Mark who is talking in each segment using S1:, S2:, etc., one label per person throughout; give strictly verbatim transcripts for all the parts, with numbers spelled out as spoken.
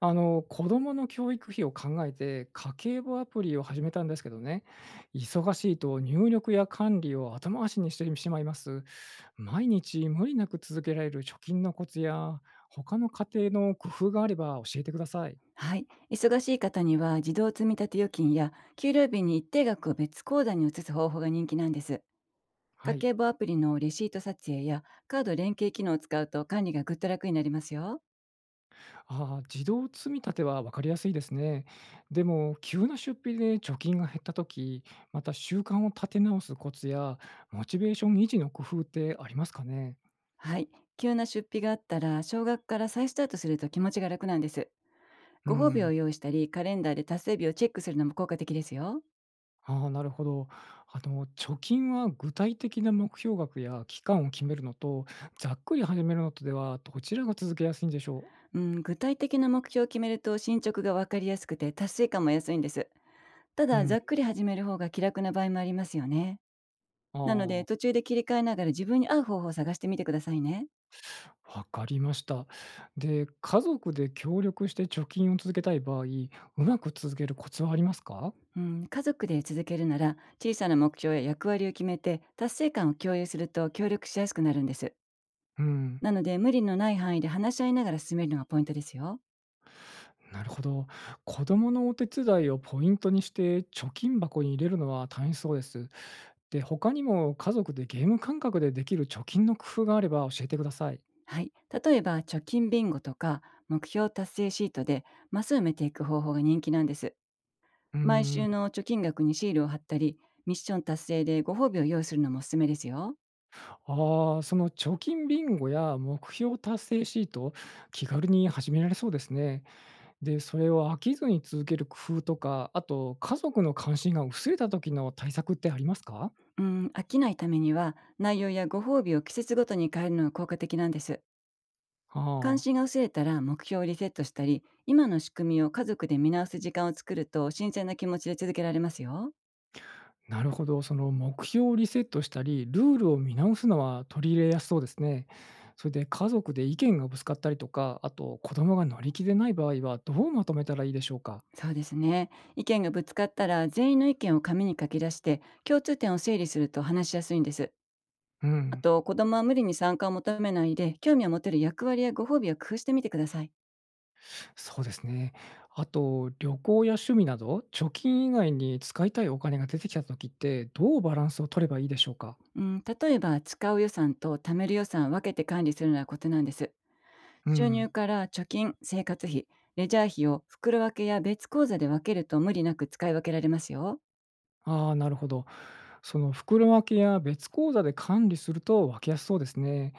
S1: あの、子供の教育費を考えて、家計簿アプリを始めたんですけどね、忙しいと入力や管理を後回しにしてしまいます。毎日無理なく続けられる貯金のコツや、他の家庭の工夫があれば教えてください。
S2: はい。忙しい方には、自動積立預金や給料日に一定額を別口座に移す方法が人気なんです。
S1: は
S2: 家
S1: い。
S2: 計簿アプリのレシート撮影やカード連携機能を使うと、管理がぐっと楽になりますよ。
S1: ああ、自動積み立ては分かりやすいですね。でも、急な出費で貯金が減ったとき、また習慣を立て直すコツや、モチベーション維持の工夫ってありますかね。
S2: はい。急な出費があったら、少額から再スタートすると気持ちが楽なんです。
S1: う
S2: ご褒美
S1: ん。
S2: を用意したり、カレンダーで達成日をチェックするのも効果的ですよ。
S1: ああ、なるほど。あの、貯金は具体的な目標額や期間を決めるのと、ざっくり始めるのとでは、どちらが続けやすいんでしょう？
S2: うん、具体的な目標を決めると、進捗がわかりやすくて達成感も安いんです。た
S1: う
S2: だ、ざ
S1: ん。
S2: っくり始める方が気楽な場合もありますよね。なので、
S1: あ
S2: 途
S1: あ、
S2: 中で切り替えながら、自分に合う方法を探してみてくださいね。
S1: わかりました。で、家族で協力して貯金を続けたい場合、うまく続けるコツはありますか？
S2: うん、家族で続けるなら、小さな目標や役割を決めて、達成感を共有すると協力しやすくなるんです。
S1: うん。
S2: なので、無理のない範囲で話し合いながら進めるのがポイントですよ。
S1: なるほど。子供のお手伝いをポイントにして貯金箱に入れるのは大変そうです。で、他にも家族でゲーム感覚でできる貯金の工夫があれば教えてください。
S2: はい。例えば、貯金ビンゴとか、目標達成シートで、マスを埋めていく方法が人気なんです。
S1: うー
S2: 毎週
S1: ん。
S2: の貯金額にシールを貼ったり、ミッション達成でご褒美を用意するのもおすすめですよ。
S1: ああ、その貯金ビンゴや目標達成シート、気軽に始められそうですね。で、それを飽きずに続ける工夫とか、あと家族の関心が薄れた時の対策ってありますか？
S2: うん、飽きないためには、内容やご褒美を季節ごとに変えるのが効果的なんです。関
S1: あ
S2: 心
S1: あ、
S2: が薄れたら、目標をリセットしたり、今の仕組みを家族で見直す時間を作ると、新鮮な気持ちで続けられますよ。
S1: なるほど。その目標をリセットしたり、ルールを見直すのは取り入れやすそうですね。それで家族で意見がぶつかったりとか、あと子供が乗り気でない場合はどうまとめたらいいでしょうか？
S2: そうですね。意見がぶつかったら、全員の意見を紙に書き出して共通点を整理すると話しやすいんです。
S1: う
S2: あ
S1: ん。
S2: と、子供は無理に参加を求めないで、興味を持てる役割やご褒美を工夫してみてください。
S1: そうですね。あと、旅行や趣味など、貯金以外に使いたいお金が出てきたときって、どうバランスを取ればいいでしょうか？
S2: うん、例えば、使う予算と貯める予算を分けて管理するのはコツなんです。
S1: う
S2: 収
S1: ん。
S2: 入から貯金、生活費、レジャー費を袋分けや別口座で分けると、無理なく使い分けられますよ。
S1: ああ、なるほど。その袋分けや別口座で管理すると分けやすそうですね。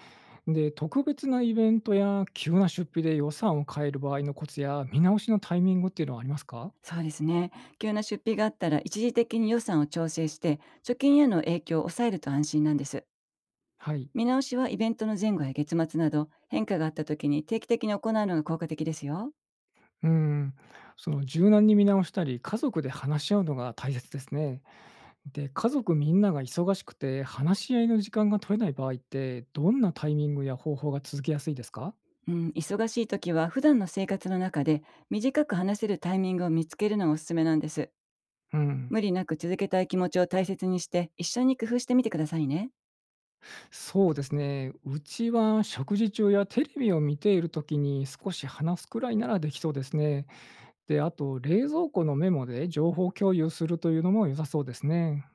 S1: で、特別なイベントや急な出費で予算を変える場合のコツや、見直しのタイミングっていうのはありますか？
S2: そうですね。急な出費があったら、一時的に予算を調整して、貯金への影響を抑えると安心なんです。
S1: はい。
S2: 見直しは、イベントの前後や月末など変化があった時に定期的に行うのが効果的ですよ。
S1: うん。その柔軟に見直したり、家族で話し合うのが大切ですね。で、家族みんなが忙しくて、話し合いの時間が取れない場合って、どんなタイミングや方法が続けやすいですか？
S2: うん、忙しい時は、普段の生活の中で短く話せるタイミングを見つけるのがおすすめなんです。
S1: うん、
S2: 無理なく続けたい気持ちを大切にして、一緒に工夫してみてくださいね。
S1: そうですね。うちは食事中やテレビを見ているときに少し話すくらいならできそうですね。で、あと冷蔵庫のメモで情報共有するというのも良さそうですね。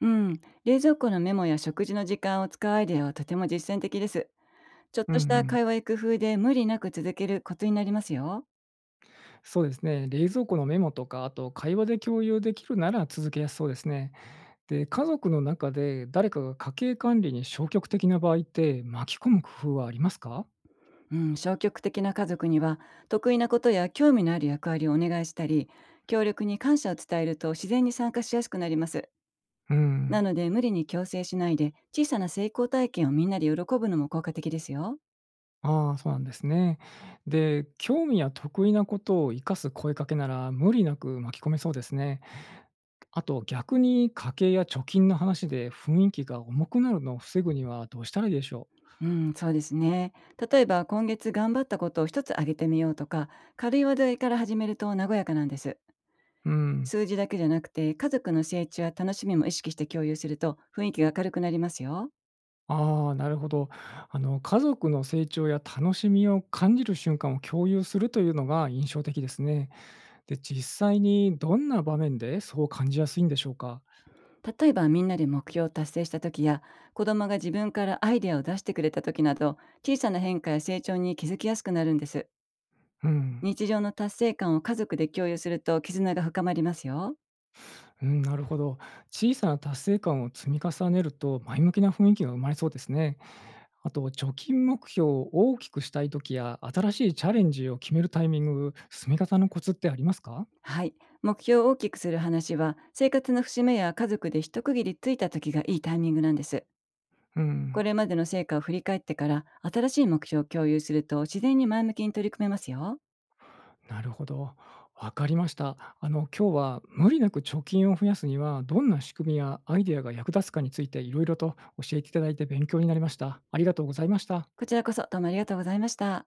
S2: うん、冷蔵庫のメモや食事の時間を使うアイデアは、とても実践的です。ちょっ
S1: うん
S2: と
S1: う
S2: した
S1: ん、
S2: 会話や工夫で、無理なく続けるコツになりますよ。
S1: そうですね。冷蔵庫のメモとか、あと会話で共有できるなら続けやすそうですね。で、家族の中で誰かが家計管理に消極的な場合って、巻き込む工夫はありますか？
S2: うん、消極的な家族には、得意なことや興味のある役割をお願いしたり、協力に感謝を伝えると、自然に参加しやすくなります。
S1: うん、
S2: なので、無理に強制しないで、小さな成功体験をみんなで喜ぶのも効果的ですよ。
S1: ああ、そうなんですね。で、興味や得意なことを生かす声かけなら、無理なく巻き込めそうですね。あと逆に家計や貯金の話で雰囲気が重くなるのを防ぐにはどうしたらいいでしょ
S2: うん、そうですね。例えば、今月頑張ったことを一つ挙げてみようとか、軽い話題から始めると和やかなんです。
S1: う？うん、
S2: 数字だけじゃなくて、家族の成長や楽しみも意識して共有すると、雰囲気が明るくなりますよ。
S1: ああ、なるほど。あの、家族の成長や楽しみを感じる瞬間を共有するというのが印象的ですね。で、実際にどんな場面でそう感じやすいんでしょうか？
S2: 例えば、みんなで目標を達成した時や、子供が自分からアイデアを出してくれた時など、小さな変化や成長に気づきやすくなるんです。
S1: うん、
S2: 日常の達成感を家族で共有すると、絆が深まりますよ。
S1: うん、なるほど。小さな達成感を積み重ねると、前向きな雰囲気が生まれそうですね。あと、貯金目標を大きくしたい時や、新しいチャレンジを決めるタイミング、進め方のコツってありますか？
S2: はい。目標を大きくする話は、生活の節目や家族で一区切りついた時がいいタイミングなんです。
S1: う
S2: こ
S1: ん、
S2: れまでの成果を振り返ってから、新しい目標を共有すると、自然に前向きに取り組めますよ。
S1: なるほど。わかりました。あの、今日は無理なく貯金を増やすには、どんな仕組みやアイデアが役立つかについていろいろと教えていただいて勉強になりました。ありがとうございました。
S2: こちらこそ、どうもありがとうございました。